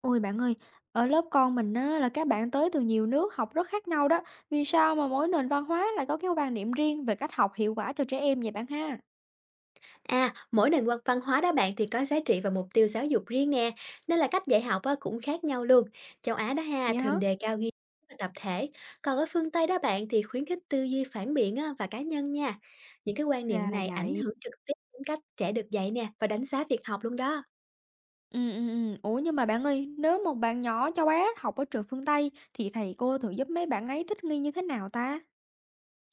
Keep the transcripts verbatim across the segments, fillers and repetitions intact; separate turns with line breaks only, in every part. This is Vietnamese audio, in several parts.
Ôi bạn ơi, ở lớp con mình á, là các bạn tới từ nhiều nước học rất khác nhau đó. Vì sao mà mỗi nền văn hóa lại có cái quan điểm riêng về cách học hiệu quả cho trẻ em vậy bạn ha?
À, mỗi nền văn văn hóa đó bạn thì có giá trị và mục tiêu giáo dục riêng nè, nên là cách dạy học á, cũng khác nhau luôn. Châu Á đó ha,
Vậy
thường
hả?
đề cao ghi chú và tập thể, còn ở phương Tây đó bạn thì khuyến khích tư duy phản biện á, và cá nhân nha. Những cái quan niệm
Ra là
này ảnh
vậy.
hưởng trực tiếp đến cách trẻ được dạy nè và đánh giá việc học luôn đó.
Ừ, ừ, ừ. Ủa nhưng mà bạn ơi, nếu một bạn nhỏ châu Á học ở trường phương Tây thì thầy cô thường giúp mấy bạn ấy thích nghi như thế nào ta?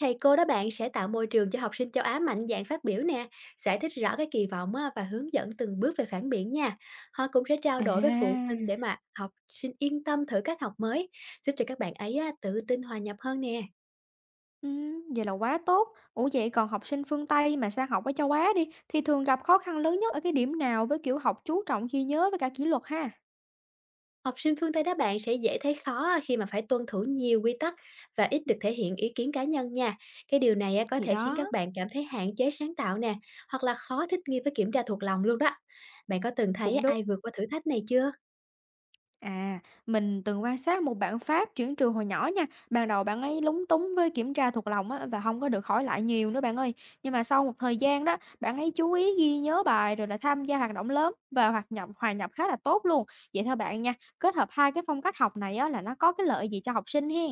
Thầy cô đó bạn sẽ tạo môi trường cho học sinh châu Á mạnh dạn phát biểu nè, giải thích rõ cái kỳ vọng á, và hướng dẫn từng bước về phản biện nha. Họ cũng sẽ trao đổi với phụ
À,
huynh để mà học sinh yên tâm thử cách học mới, giúp cho các bạn ấy á, tự tin hòa nhập hơn nè.
ừ, vậy là quá tốt. Ủa vậy còn học sinh phương Tây mà sang học ở châu Á đi thì thường gặp khó khăn lớn nhất ở cái điểm nào với kiểu học chú trọng ghi nhớ với cả kỷ luật ha?
Học sinh phương Tây đó bạn sẽ dễ thấy khó khi mà phải tuân thủ nhiều quy tắc và ít được thể hiện ý kiến cá nhân nha. Cái điều này á, có
Thì
thể khiến
đó.
các bạn cảm thấy hạn chế sáng tạo nè, hoặc là khó thích nghi với kiểm tra thuộc lòng luôn đó. Bạn có từng thấy
Cũng đúng.
ai vượt qua thử thách này chưa?
À, mình từng quan sát một bạn Pháp chuyển trường hồi nhỏ nha. Ban đầu bạn ấy lúng túng với kiểm tra thuộc lòng á, và không có được hỏi lại nhiều nữa bạn ơi. Nhưng mà sau một thời gian đó, bạn ấy chú ý ghi nhớ bài rồi là tham gia hoạt động lớn và hoạt nhập hòa nhập khá là tốt luôn. Vậy thôi bạn nha, kết hợp hai cái phong cách học này á, là nó có cái lợi gì cho học sinh hen?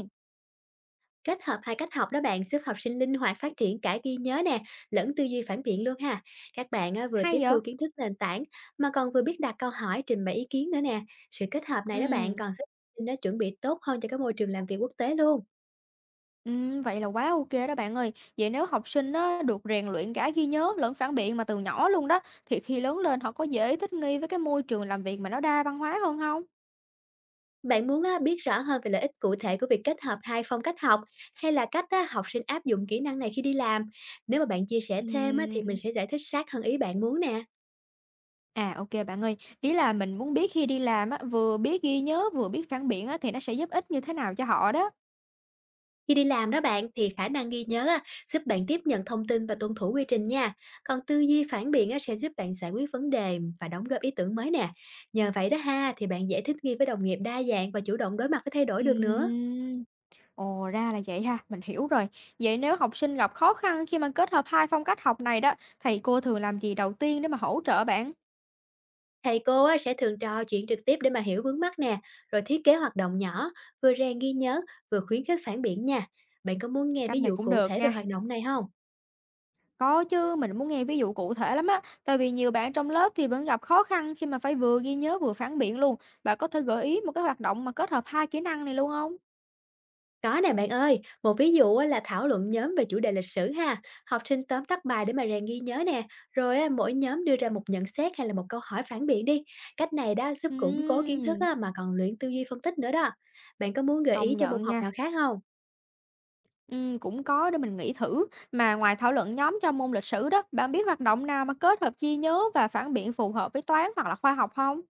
Kết hợp hai cách học đó bạn giúp học sinh linh hoạt phát triển cả ghi nhớ nè, lẫn tư duy phản biện luôn ha. Các bạn á, vừa tiếp
Hay vậy?
thu kiến thức nền tảng mà còn vừa biết đặt câu hỏi, trình bày ý kiến nữa nè. Sự kết hợp này đó bạn
Ừ.
còn giúp học sinh nó chuẩn bị tốt hơn cho cái môi trường làm việc quốc tế luôn.
Ừm, vậy là quá ok đó bạn ơi. Vậy nếu học sinh á, được rèn luyện cả ghi nhớ lẫn phản biện mà từ nhỏ luôn đó, thì khi lớn lên họ có dễ thích nghi với cái môi trường làm việc mà nó đa văn hóa hơn không?
Bạn muốn á, biết rõ hơn về lợi ích cụ thể của việc kết hợp hai phong cách học hay là cách á, học sinh áp dụng kỹ năng này khi đi làm. Nếu mà bạn chia sẻ thêm á, thì mình
Ừm.
sẽ giải thích sát hơn ý bạn muốn nè.
À, ok bạn ơi. Ý là mình muốn biết khi đi làm á, vừa biết ghi nhớ vừa biết phản biện á, thì nó sẽ giúp ích như thế nào cho họ đó?
Khi đi làm đó bạn thì khả năng ghi nhớ á, giúp bạn tiếp nhận thông tin và tuân thủ quy trình nha. Còn tư duy phản biện á, sẽ giúp bạn giải quyết vấn đề và đóng góp ý tưởng mới nè. Nhờ vậy đó ha thì bạn dễ thích nghi với đồng nghiệp đa dạng và chủ động đối mặt với thay đổi được nữa.
Ừm, ồ, ra là vậy ha, mình hiểu rồi. Vậy nếu học sinh gặp khó khăn khi mà kết hợp hai phong cách học này đó, thầy cô thường làm gì đầu tiên để mà hỗ trợ bạn?
Thầy cô á, sẽ thường trò chuyện trực tiếp để mà hiểu vướng mắc nè, rồi thiết kế hoạt động nhỏ, vừa rèn ghi nhớ, vừa khuyến khích phản biện nha. Bạn có muốn nghe
Cách
ví
này
dụ
cũng
cụ
được
thể về
nha.
hoạt động này không?
Có chứ, mình muốn nghe ví dụ cụ thể lắm á, tại vì nhiều bạn trong lớp thì vẫn gặp khó khăn khi mà phải vừa ghi nhớ vừa phản biện luôn. Bạn có thể gợi ý một cái hoạt động mà kết hợp hai kỹ năng này luôn không?
Có nè bạn ơi, một ví dụ á là thảo luận nhóm về chủ đề lịch sử ha. Học sinh tóm tắt bài để mà rèn ghi nhớ nè. Rồi á, mỗi nhóm đưa ra một nhận xét hay là một câu hỏi phản biện đi. Cách này đó giúp củng cố kiến thức
Ừm,
á, mà còn luyện tư duy phân tích nữa đó. Bạn có muốn gợi ý
công
cho môn
nhận
học
nha.
nào khác không?
Ừm, cũng có để mình nghĩ thử. Mà ngoài thảo luận nhóm trong môn lịch sử đó, bạn biết hoạt động nào mà kết hợp ghi nhớ và phản biện phù hợp với toán hoặc là khoa học không?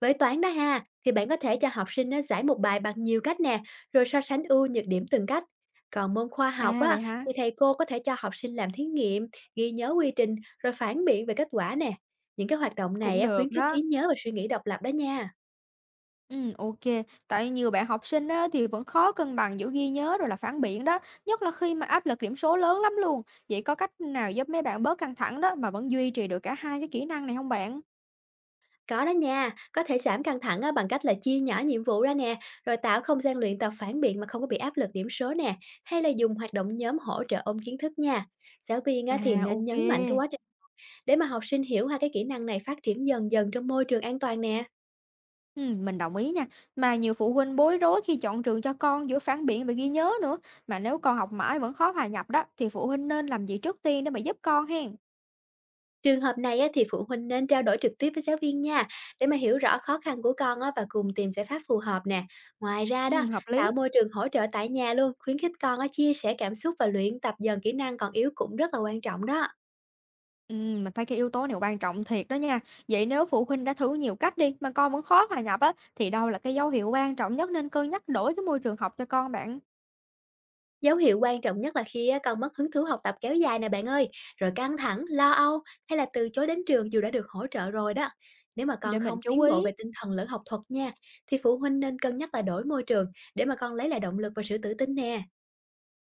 Với toán đó ha, thì bạn có thể cho học sinh á, giải một bài bằng nhiều cách nè, rồi so sánh ưu nhược điểm từng cách. Còn môn khoa học
À vậy
á,
hả?
thì thầy cô có thể cho học sinh làm thí nghiệm, ghi nhớ quy trình, rồi phản biện về kết quả nè. Những cái hoạt động này
Cũng
á, khuyến
được
khích trí
đó.
nhớ và suy nghĩ độc lập đó nha.
Ừm, ok. Tại nhiều bạn học sinh á, thì vẫn khó cân bằng giữa ghi nhớ rồi là phản biện đó, nhất là khi mà áp lực điểm số lớn lắm luôn. Vậy có cách nào giúp mấy bạn bớt căng thẳng đó mà vẫn duy trì được cả hai cái kỹ năng này không bạn?
Có đó nha, có thể giảm căng thẳng á, bằng cách là chia nhỏ nhiệm vụ ra nè, rồi tạo không gian luyện tập phản biện mà không có bị áp lực điểm số nè, hay là dùng hoạt động nhóm hỗ trợ ôn kiến thức nha. Giáo viên
À,
á, thì nên
ok
nhấn
kê.
mạnh cái quá trình để mà học sinh hiểu hai cái kỹ năng này phát triển dần dần trong môi trường an toàn nè.
Ừm, mình đồng ý nha. Mà nhiều phụ huynh bối rối khi chọn trường cho con giữa phản biện và ghi nhớ nữa, mà nếu con học mãi vẫn khó hòa nhập đó, thì phụ huynh nên làm gì trước tiên để mà giúp con hen?
Trường hợp này á, thì phụ huynh nên trao đổi trực tiếp với giáo viên nha, để mà hiểu rõ khó khăn của con á, và cùng tìm giải pháp phù hợp nè. Ngoài ra đó,
Ừm, hợp
tạo
lý.
môi trường hỗ trợ tại nhà luôn, khuyến khích con á, chia sẻ cảm xúc và luyện tập dần kỹ năng còn yếu cũng rất là quan trọng đó.
Ừm, mình thấy cái yếu tố này quan trọng thiệt đó nha. Vậy nếu phụ huynh đã thử nhiều cách đi mà con vẫn khó hòa nhập á thì đâu là cái dấu hiệu quan trọng nhất nên cân nhắc đổi cái môi trường học cho con bạn?
Dấu hiệu quan trọng nhất là khi á, con mất hứng thú học tập kéo dài nè bạn ơi, rồi căng thẳng, lo âu hay là từ chối đến trường dù đã được hỗ trợ rồi đó. Nếu mà con
Để mình
không
chú
tiến bộ
ý.
về tinh thần lẫn học thuật nha, thì phụ huynh nên cân nhắc là đổi môi trường để mà con lấy lại động lực và sự tự tin nè.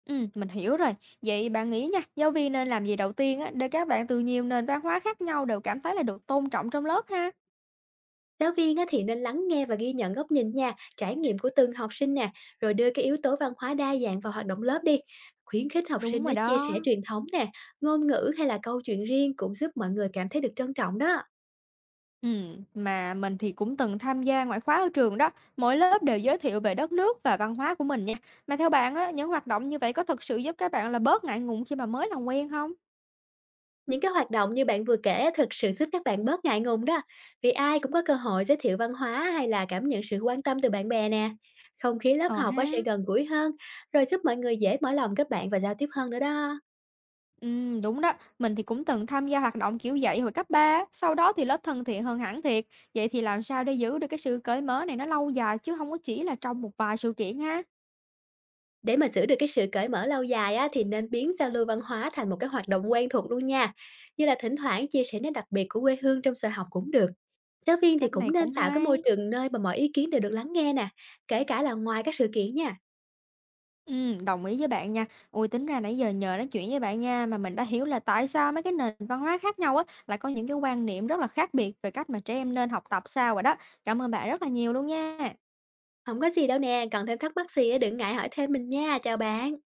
Ừ, mình hiểu rồi. Vậy bạn nghĩ nha, giáo viên nên làm gì đầu tiên á để các bạn từ nhiều nền văn hóa khác nhau đều cảm thấy là được tôn trọng trong lớp ha?
Giáo viên á, thì nên lắng nghe và ghi nhận góc nhìn nha, trải nghiệm của từng học sinh nè, rồi đưa cái yếu tố văn hóa đa dạng vào hoạt động lớp đi. Khuyến khích học
Đúng
sinh
rồi
á, chia sẻ
đó.
truyền thống nè, ngôn ngữ hay là câu chuyện riêng cũng giúp mọi người cảm thấy được trân trọng đó.
Ừ, mà mình thì cũng từng tham gia ngoại khóa ở trường đó. Mỗi lớp đều giới thiệu về đất nước và văn hóa của mình nha. Mà theo bạn á, những hoạt động như vậy có thực sự giúp các bạn là bớt ngại ngùng khi mà mới làm quen không?
Những cái hoạt động như bạn vừa kể á, thực sự giúp các bạn bớt ngại ngùng đó, vì ai cũng có cơ hội giới thiệu văn hóa hay là cảm nhận sự quan tâm từ bạn bè nè. Không khí lớp
Ờ
học á
ha.
sẽ gần gũi hơn, rồi giúp mọi người dễ mở lòng kết bạn và giao tiếp hơn nữa đó.
Ừm, đúng đó, mình thì cũng từng tham gia hoạt động kiểu vậy hồi cấp ba. Á, sau đó thì lớp thân thiện hơn hẳn thiệt. Vậy thì làm sao để giữ được cái sự cởi mở này nó lâu dài chứ không có chỉ là trong một vài sự kiện ha?
Để mà giữ được cái sự cởi mở lâu dài á, thì nên biến giao lưu văn hóa thành một cái hoạt động quen thuộc luôn nha. Như là thỉnh thoảng chia sẻ nét đặc biệt của quê hương trong giờ học cũng được. Giáo viên thì
Cách
cũng
này
nên
cũng
tạo cái môi
hay.
trường nơi mà mọi ý kiến đều được lắng nghe nè, kể cả là ngoài các sự kiện nha.
Ừm, đồng ý với bạn nha. Ui tính ra nãy giờ nhờ nói chuyện với bạn nha mà mình đã hiểu là tại sao mấy cái nền văn hóa khác nhau á lại có những cái quan niệm rất là khác biệt về cách mà trẻ em nên học tập sao rồi đó. Cảm ơn bạn rất là nhiều luôn nha.
Không có gì đâu nè, còn thêm thắc mắc gì á đừng ngại hỏi thêm mình nha. Chào bạn.